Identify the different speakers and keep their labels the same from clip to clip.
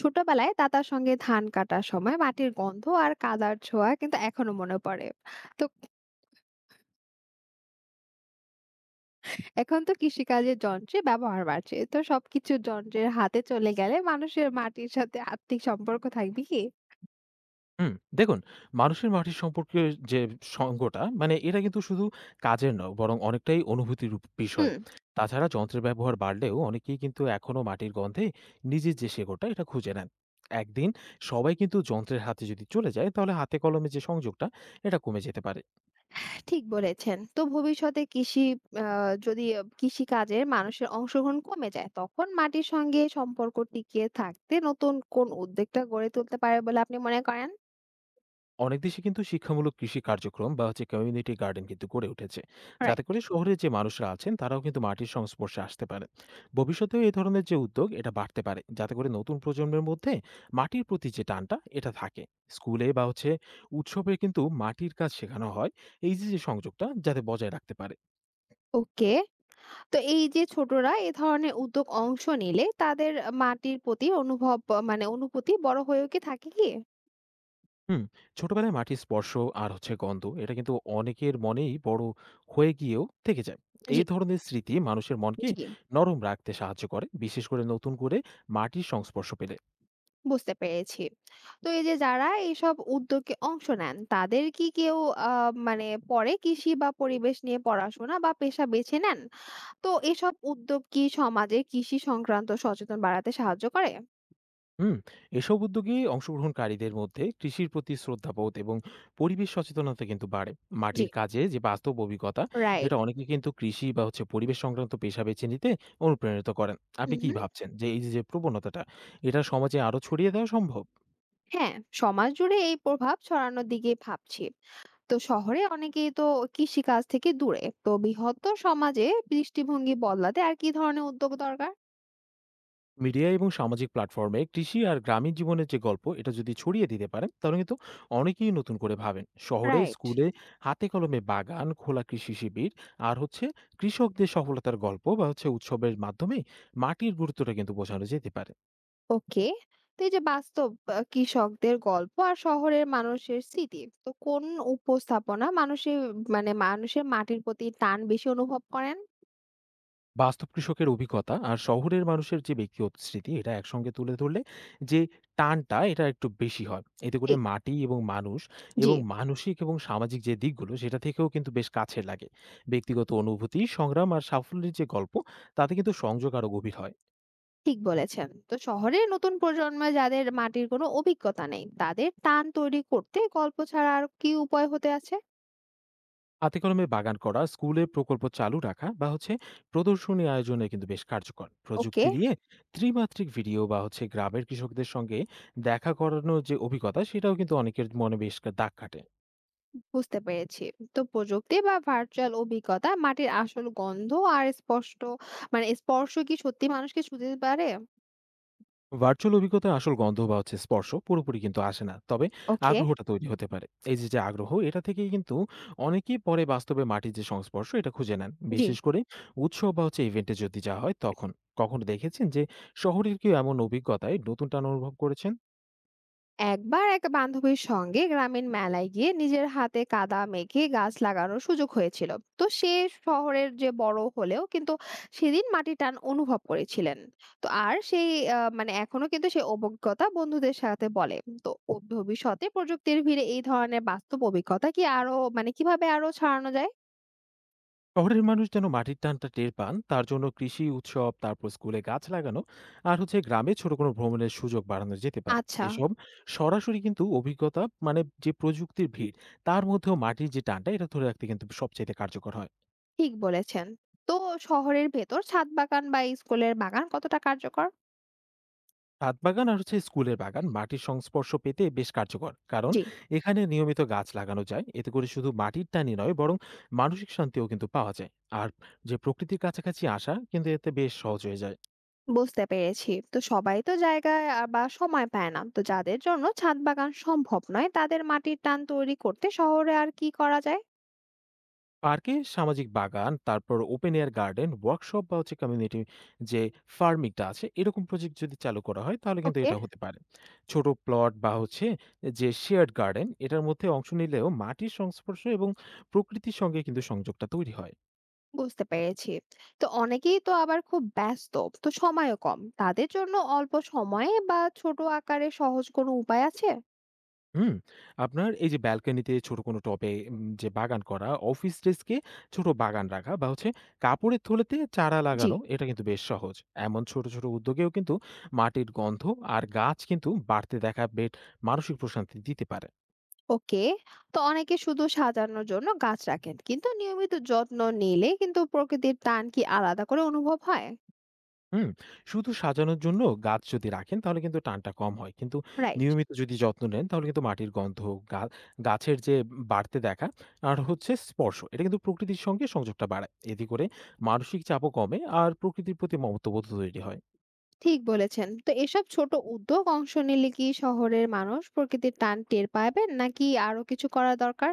Speaker 1: ছোটবেলায় দাদার সঙ্গে ধান কাটার সময় মাটির গন্ধ আর কাদার ছোঁয়া কিন্তু এখনো মনে পড়ে। তো এখন তো কৃষিকাজের যন্ত্রে ব্যবহার বাড়ছে, তো সবকিছু যন্ত্রের হাতে চলে গেলে মানুষের মাটির সাথে আত্মিক সম্পর্ক থাকবে কি?
Speaker 2: হুম, দেখুন, মানুষের মাটির সম্পর্কের যে সঙ্গটা মানে এটা কিন্তু শুধু কাজের নয়, বরং অনেকটাই অনুভূতির বিষয়।
Speaker 1: হুম।
Speaker 2: তাছাড়া যন্ত্রের ব্যবহার বাড়লেও অনেকেই কিন্তু এখনো মাটির গন্ধে নিজের যে শেকড়টা এটা খুঁজে নেন। একদিন সবাই কিন্তু যন্ত্রের হাতে যদি চলে যায়, তাহলে হাতে কলমে যে সংযোগটা এটা কমে যেতে পারে।
Speaker 1: ঠিক বলেছেন। তো ভবিষ্যতে কৃষি যদি কৃষিকাজে মানুষের অংশগ্রহণ কমে যায়, তখন মাটির সঙ্গে সম্পর্ক টিকিয়ে থাকতে নতুন কোন উদ্যোগটা গড়ে তুলতে পারে বলে আপনি মনে করেন?
Speaker 2: অনেক দেশে কিন্তু শিক্ষামূলক কৃষি কার্যক্রম বা হচ্ছে কমিউনিটি গার্ডেন কিন্তু গড়ে উঠেছে, যাতে
Speaker 1: রাইট।
Speaker 2: করে শহরের যে মানুষরা আছেন তারাও কিন্তু মাটির সংস্পর্শে আসতে পারে। ভবিষ্যতেও এই ধরনের যে উদ্যোগ এটা বাড়তে পারে, যাতে করে নতুন প্রজন্মের মধ্যে মাটির প্রতি যে টানটা এটা থাকে। স্কুলে বা হচ্ছে উৎসবে কিন্তু মাটির কাজ শেখানো হয়, এই যে যে সংযোগটা যাতে বজায় রাখতে পারে।
Speaker 1: ওকে। তো এই যে ছোটরা এ ধরনের উদ্যোগ অংশ নিলে তাদের মাটির প্রতি অনুভব, মানে অনুভূতি বড় হয়েও কি থাকে কি?
Speaker 2: হুম, ছোটবেলায় মাটির স্পর্শ আর হচ্ছে গন্ধ এটা কিন্তু অনেকের মনেই বড় হয়ে গিয়েও থেকে যায়।
Speaker 1: জি।
Speaker 2: এই ধরনের স্মৃতি মানুষের মনকে
Speaker 1: জি।
Speaker 2: নরম রাখতে সাহায্য করে, বিশেষ করে নতুন করে মাটির সংস্পর্শ পেলে।
Speaker 1: বুঝতে পেরেছি। তো এই যে যারা এইসব উদ্যোগে অংশ নেন তাদের কি কেউ আ মানে পরে কৃষি বা পরিবেশ নিয়ে পড়াশোনা বা পেশা বেছে নেন? তো এসব উদ্যোগ কি সমাজে কৃষি সংক্রান্ত সচেতন বাড়াতে সাহায্য করে?
Speaker 2: হুম, এসব উদ্যোগে অংশগ্রহণকারীদের মধ্যে কৃষির প্রতি শ্রদ্ধাবোধ এবং পরিবেশ সচেতনতা কিন্তু বাড়ে।
Speaker 1: জি।
Speaker 2: মাটির কাজে যে বাস্তব অভিজ্ঞতা
Speaker 1: রাইট।
Speaker 2: এটা অনেকে কিন্তু কৃষি বা হচ্ছে পরিবেশ সংক্রান্ত পেশা বেছে নিতে অনুপ্রাণিত করেন।
Speaker 1: হুম,
Speaker 2: আপনি কি
Speaker 1: হুম।
Speaker 2: ভাবছেন যে এই যে যে প্রবণতাটা এটা সমাজে আরো ছড়িয়ে দেওয়া সম্ভব?
Speaker 1: হ্যাঁ, সমাজ জুড়ে এই প্রভাব ছড়ানোর দিকে ভাবছি। তো শহরে অনেকেই তো কৃষিকাজ থেকে দূরে, তো বৃহত্তর সমাজে দৃষ্টিভঙ্গি বদলাতে আর কি ধরনের উদ্যোগ দরকার?
Speaker 2: মিডিয়া এবং সামাজিক প্ল্যাটফর্মে কৃষি আর গ্রামীণ জীবনের যে গল্প এটা যদি ছড়িয়ে দিতে পারেন, তাহলে কিন্তু অনেকেই নতুন করে ভাবেন। শহরে,
Speaker 1: রাইট।
Speaker 2: স্কুলে হাতে কলমে বাগান খোলা, কৃষি শিবির আর হচ্ছে কৃষকদের সফলতার গল্প বা হচ্ছে উৎসবের মাধ্যমে মাটির গুরুত্বটা কিন্তু বোঝানো যেতে পারে।
Speaker 1: ওকে। তো এই যে বাস্তব কৃষকদের গল্প আর শহরের মানুষের স্মৃতি, তো কোন উপস্থাপনা মানুষের, মানে মানুষের মাটির প্রতি টান বেশি অনুভব করেন?
Speaker 2: বাস্তব কৃষকের অভিজ্ঞতা আর শহরের মানুষের যে ব্যক্তিগত স্মৃতি এটা একসঙ্গে তুলে ধরলে যে টানটা এটা একটু বেশি হয়। এতে করে
Speaker 1: ঠিক।
Speaker 2: মাটি এবং মানুষ
Speaker 1: জি।
Speaker 2: এবং মানসিক এবং সামাজিক যে দিকগুলো সেটা থেকেও কিন্তু বেশ কাছে লাগে। ব্যক্তিগত অনুভূতি, সংগ্রাম আর সাফল্যের যে গল্প, তাতে কিন্তু সংযোগ আরও গভীর হয়।
Speaker 1: ঠিক বলেছেন। তো শহরের নতুন প্রজন্ম যাদের মাটির কোনো অভিজ্ঞতা নেই, তাদের টান তৈরি করতে গল্প ছাড়া আর কি উপায় হতে আছে?
Speaker 2: হাতে কলমে বাগান করা, স্কুলে প্রকল্প চালু রাখা বা হচ্ছে প্রদর্শনী আয়োজনে কিন্তু বেশ কার্যকর।
Speaker 1: ওকে।
Speaker 2: প্রযুক্তি দিয়ে ত্রিমাত্রিক ভিডিও বা হচ্ছে গ্রামের কৃষকদের সঙ্গে দেখা করানোর যে অভিজ্ঞতা সেটাও কিন্তু অনেকের মনে বেশ দাগ কাটে।
Speaker 1: বুঝতে পেরেছি। তো প্রযুক্তি বা ভার্চুয়াল অভিজ্ঞতা মাটির আসল গন্ধ আর স্পষ্ট, মানে স্পর্শ কি সত্যি মানুষকে ছুঁতে পারে?
Speaker 2: ভার্চুয়াল অভিজ্ঞতায় আসল গন্ধ বা হচ্ছে স্পর্শ পুরোপুরি কিন্তু আসে না, তবে
Speaker 1: ওকে।
Speaker 2: আগ্রহটা তৈরি হতে পারে। এই যে যে আগ্রহ এটা থেকেই কিন্তু অনেকেই পরে বাস্তবে মাটির যে সংস্পর্শ এটা খুঁজে নেন,
Speaker 1: জি।
Speaker 2: বিশেষ করে উৎসব বা হচ্ছে ইভেন্টে যদি যা হয় তখন। কখনো দেখেছেন যে শহরের কেউ এমন অভিজ্ঞতায় নতুন টান অনুভব করেছেন?
Speaker 1: একবার এক বান্ধবীর সঙ্গে গ্রামীণ মেলায় গিয়ে নিজের হাতে কাদা মেখে গাছ লাগানোর সুযোগ হয়েছিল। তো সে শহরের যে বড় হলেও কিন্তু সেদিন মাটির টান অনুভব করেছিলেন। তো আর সেই মানে এখনো কিন্তু সেই অভিজ্ঞতা বন্ধুদের সাথে বলে। তো ভবিষ্যতে প্রযুক্তির ভিড়ে এই ধরনের বাস্তব অভিজ্ঞতা কি আরো, মানে কিভাবে আরো ছড়ানো যায়?
Speaker 2: শহরের মানুষ যেন মাটির টানটা টের পান, তার জন্য কৃষি উৎসব, তারপর স্কুলে গাছ লাগানো আর হচ্ছে গ্রামে ছোট কোনো ভ্রমণের সুযোগ বাড়ানো যেতে পারে।
Speaker 1: আচ্ছা।
Speaker 2: এসব সরাসরি কিন্তু অভিজ্ঞতা, মানে যে প্রযুক্তির ভিড়, তার মধ্যেও মাটির যে টানটা এটা ধরে রাখতে কিন্তু সবচাইতে কার্যকর হয়।
Speaker 1: ঠিক বলেছেন। তো শহরের ভেতর ছাদ বাগান বা স্কুলের বাগান কতটা কার্যকর?
Speaker 2: ছাদ বাগান আর হচ্ছে স্কুলের বাগান মাটির সংস্পর্শ পেতে বেশ কার্যকর, কারণ
Speaker 1: জি।
Speaker 2: এখানে নিয়মিত গাছ লাগানো যায়। এতে করে শুধু মাটির টানই নয়, বরং মানসিক শান্তিও কিন্তু পাওয়া যায় আর যে প্রকৃতির কাছাকাছি আসা কিন্তু এতে বেশ সহজ হয়ে যায়।
Speaker 1: বুঝতে পেরেছি। তো সবাই তো জায়গায় বা সময় পায় না। তো যাদের জন্য ছাদ বাগান সম্ভব নয়, তাদের মাটির টান তৈরি করতে শহরে আর কি করা যায়?
Speaker 2: পার্কে সামাজিক বাগান, তারপর ওপেন এয়ার গার্ডেন ওয়ার্কশপ বা হচ্ছে কমিউনিটি যে ফার্মিংটা আছে, এরকম প্রজেক্ট যদি চালু করা হয় তাহলে কিন্তু
Speaker 1: ওকে।
Speaker 2: এটা হতে পারে। ছোট প্লট বা হচ্ছে যে শেয়ার্ড গার্ডেন এটার মধ্যে অংশ নিলেও মাটির সংস্পর্শ এবং প্রকৃতির সঙ্গে কিন্তু সংযোগটা তৈরি হয়।
Speaker 1: বুঝতে পেরেছি। তো অনেকেই তো আবার খুব ব্যস্ত, তো সময়ও কম। তাদের জন্য অল্প সময়ে বা ছোট আকারে সহজ কোনো উপায় আছে?
Speaker 2: হুম, আপনার এই যে ব্যালকনিতে ছোট কোনো টবে যে বাগান করা, অফিস ডেস্কে ছোট বাগান রাখা বা হচ্ছে কাপড়ের থলেতে চারা
Speaker 1: জি।
Speaker 2: লাগানো এটা কিন্তু বেশ সহজ। এমন ছোট ছোট উদ্যোগেও কিন্তু মাটির গন্ধ আর গাছ কিন্তু বাড়তে দেখা বেশ মানসিক প্রশান্তি দিতে পারে।
Speaker 1: ওকে। তো অনেকে শুধু সাজানোর জন্য গাছ রাখেন, কিন্তু নিয়মিত যত্ন নিলে কিন্তু প্রকৃতির টান কি আলাদা করে অনুভব হয়?
Speaker 2: হুম, শুধু সাজানোর জন্য গাছ যদি রাখেন, তাহলে কিন্তু টানটা কম হয়। কিন্তু
Speaker 1: রাইট।
Speaker 2: নিয়মিত যদি যত্ন নেন, তাহলে কিন্তু মাটির গন্ধ, গা গাছের যে বাড়তে দেখা আর হচ্ছে স্পর্শ এটা কিন্তু প্রকৃতির সঙ্গে সংযোগটা বাড়ায়। এতে করে মানসিক চাপও কমে আর প্রকৃতির প্রতি মমত্ববোধ তৈরি হয়।
Speaker 1: ঠিক বলেছেন। তো এসব ছোট উদ্যোগ অংশ নিলে কি শহরের মানুষ প্রকৃতির টান টের পাবেন নাকি আরো কিছু করা দরকার?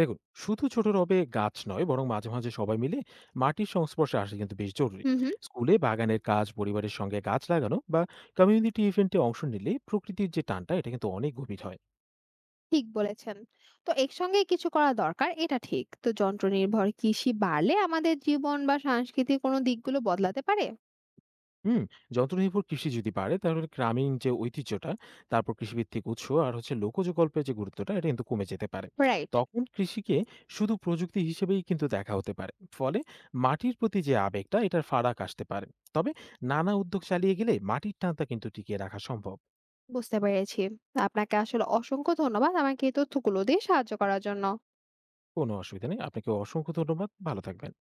Speaker 2: দেখুন, শুধু ছোট রবে গাছ নয়, বরং মাঝে মাঝে সবাই মিলে মাটির সংস্পর্শে আসা কিন্তু বেশ জরুরি।
Speaker 1: হুম, হুম।
Speaker 2: স্কুলে বাগানের কাজ, পরিবারের সঙ্গে গাছ লাগানো বা কমিউনিটি ইভেন্টে অংশ নিলে প্রকৃতির যে টানটা এটা কিন্তু অনেক গভীর হয়।
Speaker 1: ঠিক বলেছেন। তো একসঙ্গে কিছু করা দরকার, এটা ঠিক। তো যন্ত্র নির্ভর কৃষি বাড়লে আমাদের জীবন বা সাংস্কৃতিক কোনো দিকগুলো বদলাতে পারে?
Speaker 2: হুম, যন্ত্রনির্ভর কৃষি যদি বাড়ে, তাহলে গ্রামীণ যে ঐতিহ্যটা, তারপর কৃষিভিত্তিক উৎস আর হচ্ছে লোকজ গল্পের যে গুরুত্বটা এটা কিন্তু কমে যেতে পারে।
Speaker 1: রাইট।
Speaker 2: তখন কৃষিকে শুধু প্রযুক্তি হিসেবেই কিন্তু দেখা হতে পারে। ফলে মাটির প্রতি যে আবেগটা এটার ফারাক আসতে পারে। তবে নানা উদ্যোগ চালিয়ে গেলে মাটির টানটা কিন্তু টিকিয়ে রাখা সম্ভব।
Speaker 1: বুঝতে পেরেছি। আপনাকে আসলে অসংখ্য ধন্যবাদ আমাকে এই তথ্যগুলো দিয়ে সাহায্য করার জন্য।
Speaker 2: কোনো অসুবিধা নেই। আপনাকে অসংখ্য ধন্যবাদ। ভালো থাকবেন।